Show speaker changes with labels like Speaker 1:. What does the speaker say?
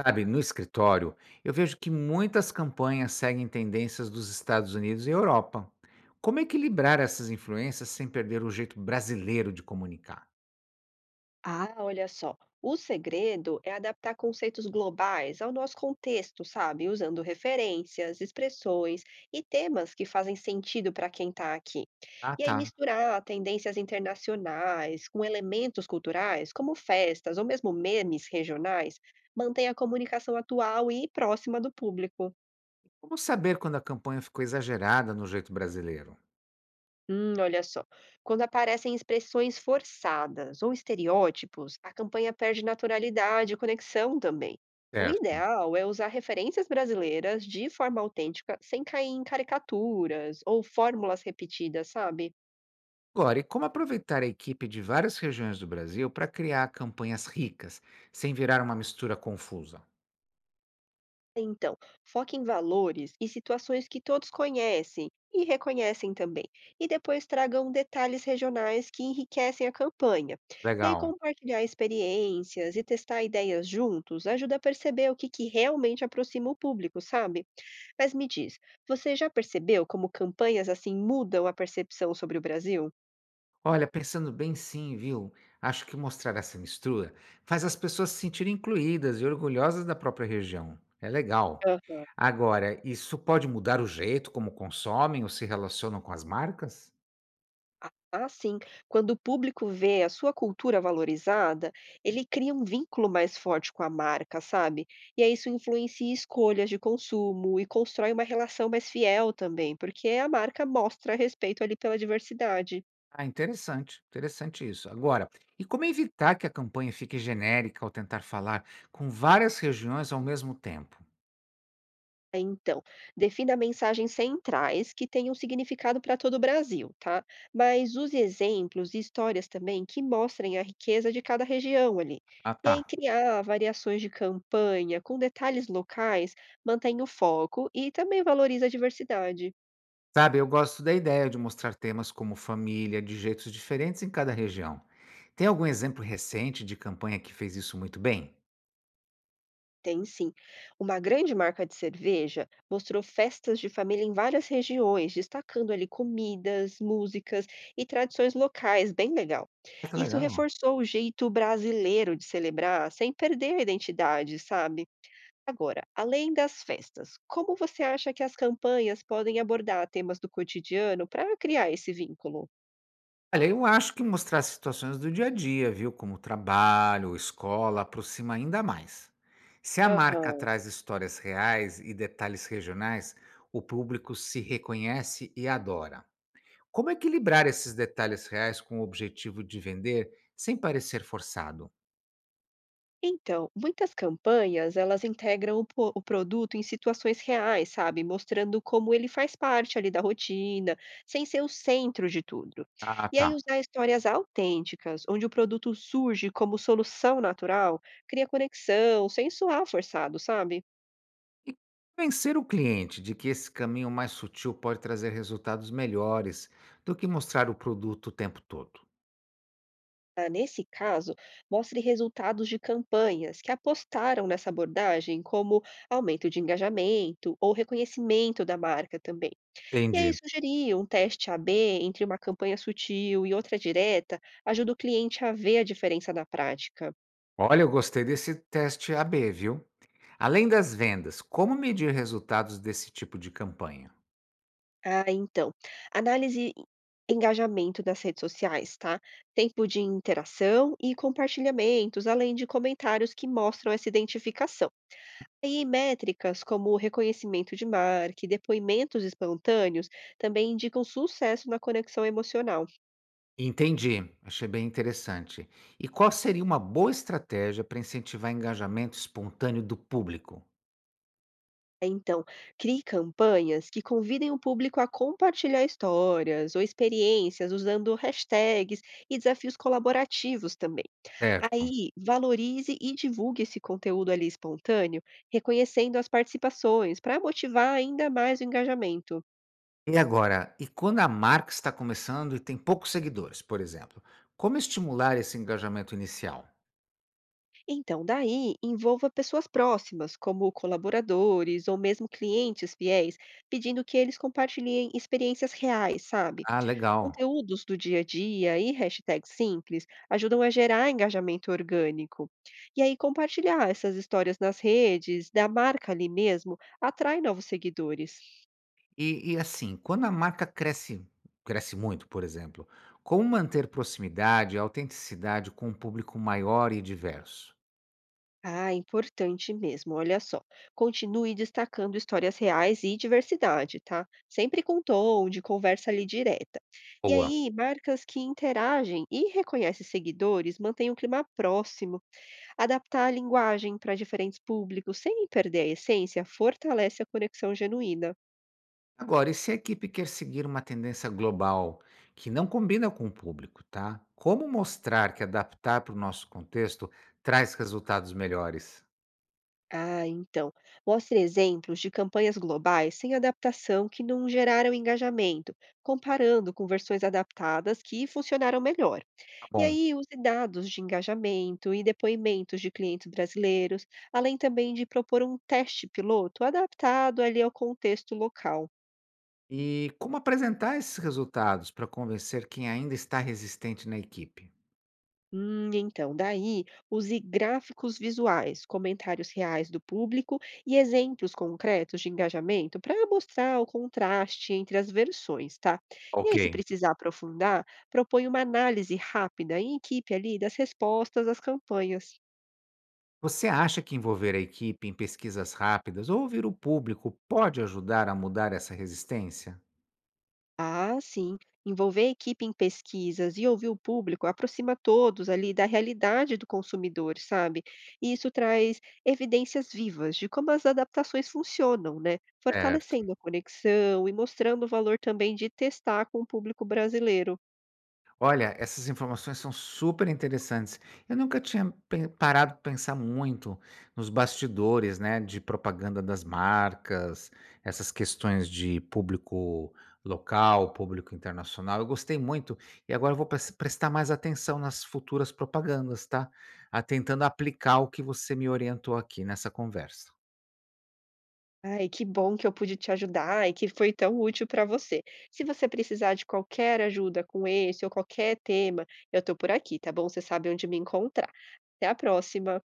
Speaker 1: Sabe, no escritório, eu vejo que muitas campanhas seguem tendências dos Estados Unidos e Europa. Como equilibrar essas influências sem perder o jeito brasileiro de comunicar?
Speaker 2: Ah, olha só. O segredo é adaptar conceitos globais ao nosso contexto, sabe? Usando referências, expressões e temas que fazem sentido para quem está aqui.
Speaker 1: Ah,
Speaker 2: E aí
Speaker 1: tá.
Speaker 2: misturar tendências internacionais com elementos culturais, como festas ou mesmo memes regionais, mantém a comunicação atual e próxima do público.
Speaker 1: Como saber quando a campanha ficou exagerada no jeito brasileiro?
Speaker 2: Olha só. Quando aparecem expressões forçadas ou estereótipos, a campanha perde naturalidade e conexão também. O
Speaker 1: Certo.
Speaker 2: ideal é usar referências brasileiras de forma autêntica, sem cair em caricaturas ou fórmulas repetidas, sabe?
Speaker 1: Agora, e como aproveitar a equipe de várias regiões do Brasil para criar campanhas ricas, sem virar uma mistura confusa?
Speaker 2: Então, foque em valores e situações que todos conhecem e reconhecem também. E depois tragam detalhes regionais que enriquecem a campanha. E aí,
Speaker 1: Legal.
Speaker 2: compartilhar experiências e testar ideias juntos ajuda a perceber o que realmente aproxima o público, sabe? Mas me diz, você já percebeu como campanhas assim mudam a percepção sobre o Brasil?
Speaker 1: Olha, pensando bem, sim, viu? Acho que mostrar essa mistura faz as pessoas se sentirem incluídas e orgulhosas da própria região. É legal.
Speaker 2: Aham.
Speaker 1: Agora, isso pode mudar o jeito como consomem ou se relacionam com as marcas?
Speaker 2: Ah, sim. Quando o público vê a sua cultura valorizada, ele cria um vínculo mais forte com a marca, sabe? E aí isso influencia escolhas de consumo e constrói uma relação mais fiel também, porque a marca mostra respeito ali pela diversidade.
Speaker 1: Ah, interessante, interessante isso. Agora, e como evitar que a campanha fique genérica ao tentar falar com várias regiões ao mesmo tempo?
Speaker 2: É, então, defina mensagens centrais que tenham significado para todo o Brasil, tá? Mas use exemplos e histórias também que mostrem a riqueza de cada região ali.
Speaker 1: Ah,
Speaker 2: E aí
Speaker 1: tá.
Speaker 2: criar variações de campanha com detalhes locais mantém o foco e também valoriza a diversidade.
Speaker 1: Sabe, eu gosto da ideia de mostrar temas como família de jeitos diferentes em cada região. Tem algum exemplo recente de campanha que fez isso muito bem?
Speaker 2: Tem sim. Uma grande marca de cerveja mostrou festas de família em várias regiões, destacando ali comidas, músicas e tradições locais, bem legal.
Speaker 1: Ah, que
Speaker 2: Isso
Speaker 1: legal.
Speaker 2: reforçou o jeito brasileiro de celebrar, sem perder a identidade, sabe? Agora, além das festas, como você acha que as campanhas podem abordar temas do cotidiano para criar esse vínculo?
Speaker 1: Olha, eu acho que mostrar situações do dia a dia, viu, como trabalho, escola, aproxima ainda mais. Se a marca
Speaker 2: Aham.
Speaker 1: traz histórias reais e detalhes regionais, o público se reconhece e adora. Como equilibrar esses detalhes reais com o objetivo de vender sem parecer forçado?
Speaker 2: Então, muitas campanhas, elas integram o produto em situações reais, sabe? Mostrando como ele faz parte ali da rotina, sem ser o centro de tudo.
Speaker 1: Ah,
Speaker 2: E
Speaker 1: tá.
Speaker 2: aí usar histórias autênticas, onde o produto surge como solução natural, cria conexão, sem soar forçado, sabe?
Speaker 1: E convencer o cliente de que esse caminho mais sutil pode trazer resultados melhores do que mostrar o produto o tempo todo.
Speaker 2: Ah, nesse caso, mostre resultados de campanhas que apostaram nessa abordagem, como aumento de engajamento ou reconhecimento da marca também. E aí
Speaker 1: Entendi.
Speaker 2: sugerir um teste A/B entre uma campanha sutil e outra direta ajuda o cliente a ver a diferença na prática.
Speaker 1: Olha, eu gostei desse teste A/B, viu? Além das vendas, como medir resultados desse tipo de campanha?
Speaker 2: Ah, então, análise e engajamento das redes sociais, tá? Tempo de interação e compartilhamentos, além de comentários que mostram essa identificação. E métricas como o reconhecimento de marca e depoimentos espontâneos também indicam sucesso na conexão emocional.
Speaker 1: Entendi, achei bem interessante. E qual seria uma boa estratégia para incentivar engajamento espontâneo do público?
Speaker 2: Então, crie campanhas que convidem o público a compartilhar histórias ou experiências usando hashtags e desafios colaborativos também.
Speaker 1: Certo.
Speaker 2: Aí, valorize e divulgue esse conteúdo ali espontâneo, reconhecendo as participações para motivar ainda mais o engajamento.
Speaker 1: E agora, e quando a marca está começando e tem poucos seguidores, por exemplo, como estimular esse engajamento inicial?
Speaker 2: Então, daí, envolva pessoas próximas, como colaboradores ou mesmo clientes fiéis, pedindo que eles compartilhem experiências reais, sabe?
Speaker 1: Ah, legal.
Speaker 2: Conteúdos do dia a dia e hashtags simples ajudam a gerar engajamento orgânico. E aí, compartilhar essas histórias nas redes, da marca ali mesmo, atrai novos seguidores.
Speaker 1: E assim, quando a marca cresce muito, por exemplo, como manter proximidade e autenticidade com um público maior e diverso?
Speaker 2: Ah, é importante mesmo, olha só. Continue destacando histórias reais e diversidade, tá? Sempre com tom de conversa ali direta. E
Speaker 1: Boa.
Speaker 2: aí, marcas que interagem e reconhecem seguidores mantêm um clima próximo. Adaptar a linguagem para diferentes públicos sem perder a essência fortalece a conexão genuína.
Speaker 1: Agora, e se a equipe quer seguir uma tendência global que não combina com o público, tá? Como mostrar que adaptar para o nosso contexto traz resultados melhores?
Speaker 2: Ah, então, mostre exemplos de campanhas globais sem adaptação que não geraram engajamento, comparando com versões adaptadas que funcionaram melhor.
Speaker 1: Tá
Speaker 2: E
Speaker 1: bom.
Speaker 2: aí, use dados de engajamento e depoimentos de clientes brasileiros, além também de propor um teste piloto adaptado ali ao contexto local.
Speaker 1: E como apresentar esses resultados para convencer quem ainda está resistente na equipe?
Speaker 2: Então, daí, use gráficos visuais, comentários reais do público e exemplos concretos de engajamento para mostrar o contraste entre as versões, tá? E aí, se
Speaker 1: Ok.
Speaker 2: precisar aprofundar, propõe uma análise rápida em equipe ali das respostas às campanhas.
Speaker 1: Você acha que envolver a equipe em pesquisas rápidas ou ouvir o público pode ajudar a mudar essa resistência?
Speaker 2: Ah, sim. Envolver a equipe em pesquisas e ouvir o público aproxima todos ali da realidade do consumidor, sabe? E isso traz evidências vivas de como as adaptações funcionam, né?
Speaker 1: Certo.
Speaker 2: Fortalecendo a conexão e mostrando o valor também de testar com o público brasileiro.
Speaker 1: Olha, essas informações são super interessantes. Eu nunca tinha parado para pensar muito nos bastidores, né, de propaganda das marcas, essas questões de público local, público internacional. Eu gostei muito e agora eu vou prestar mais atenção nas futuras propagandas, tá? Ah, tentando aplicar o que você me orientou aqui nessa conversa.
Speaker 2: Ai, que bom que eu pude te ajudar e que foi tão útil para você. Se você precisar de qualquer ajuda com esse ou qualquer tema, eu estou por aqui, tá bom? Você sabe onde me encontrar. Até a próxima.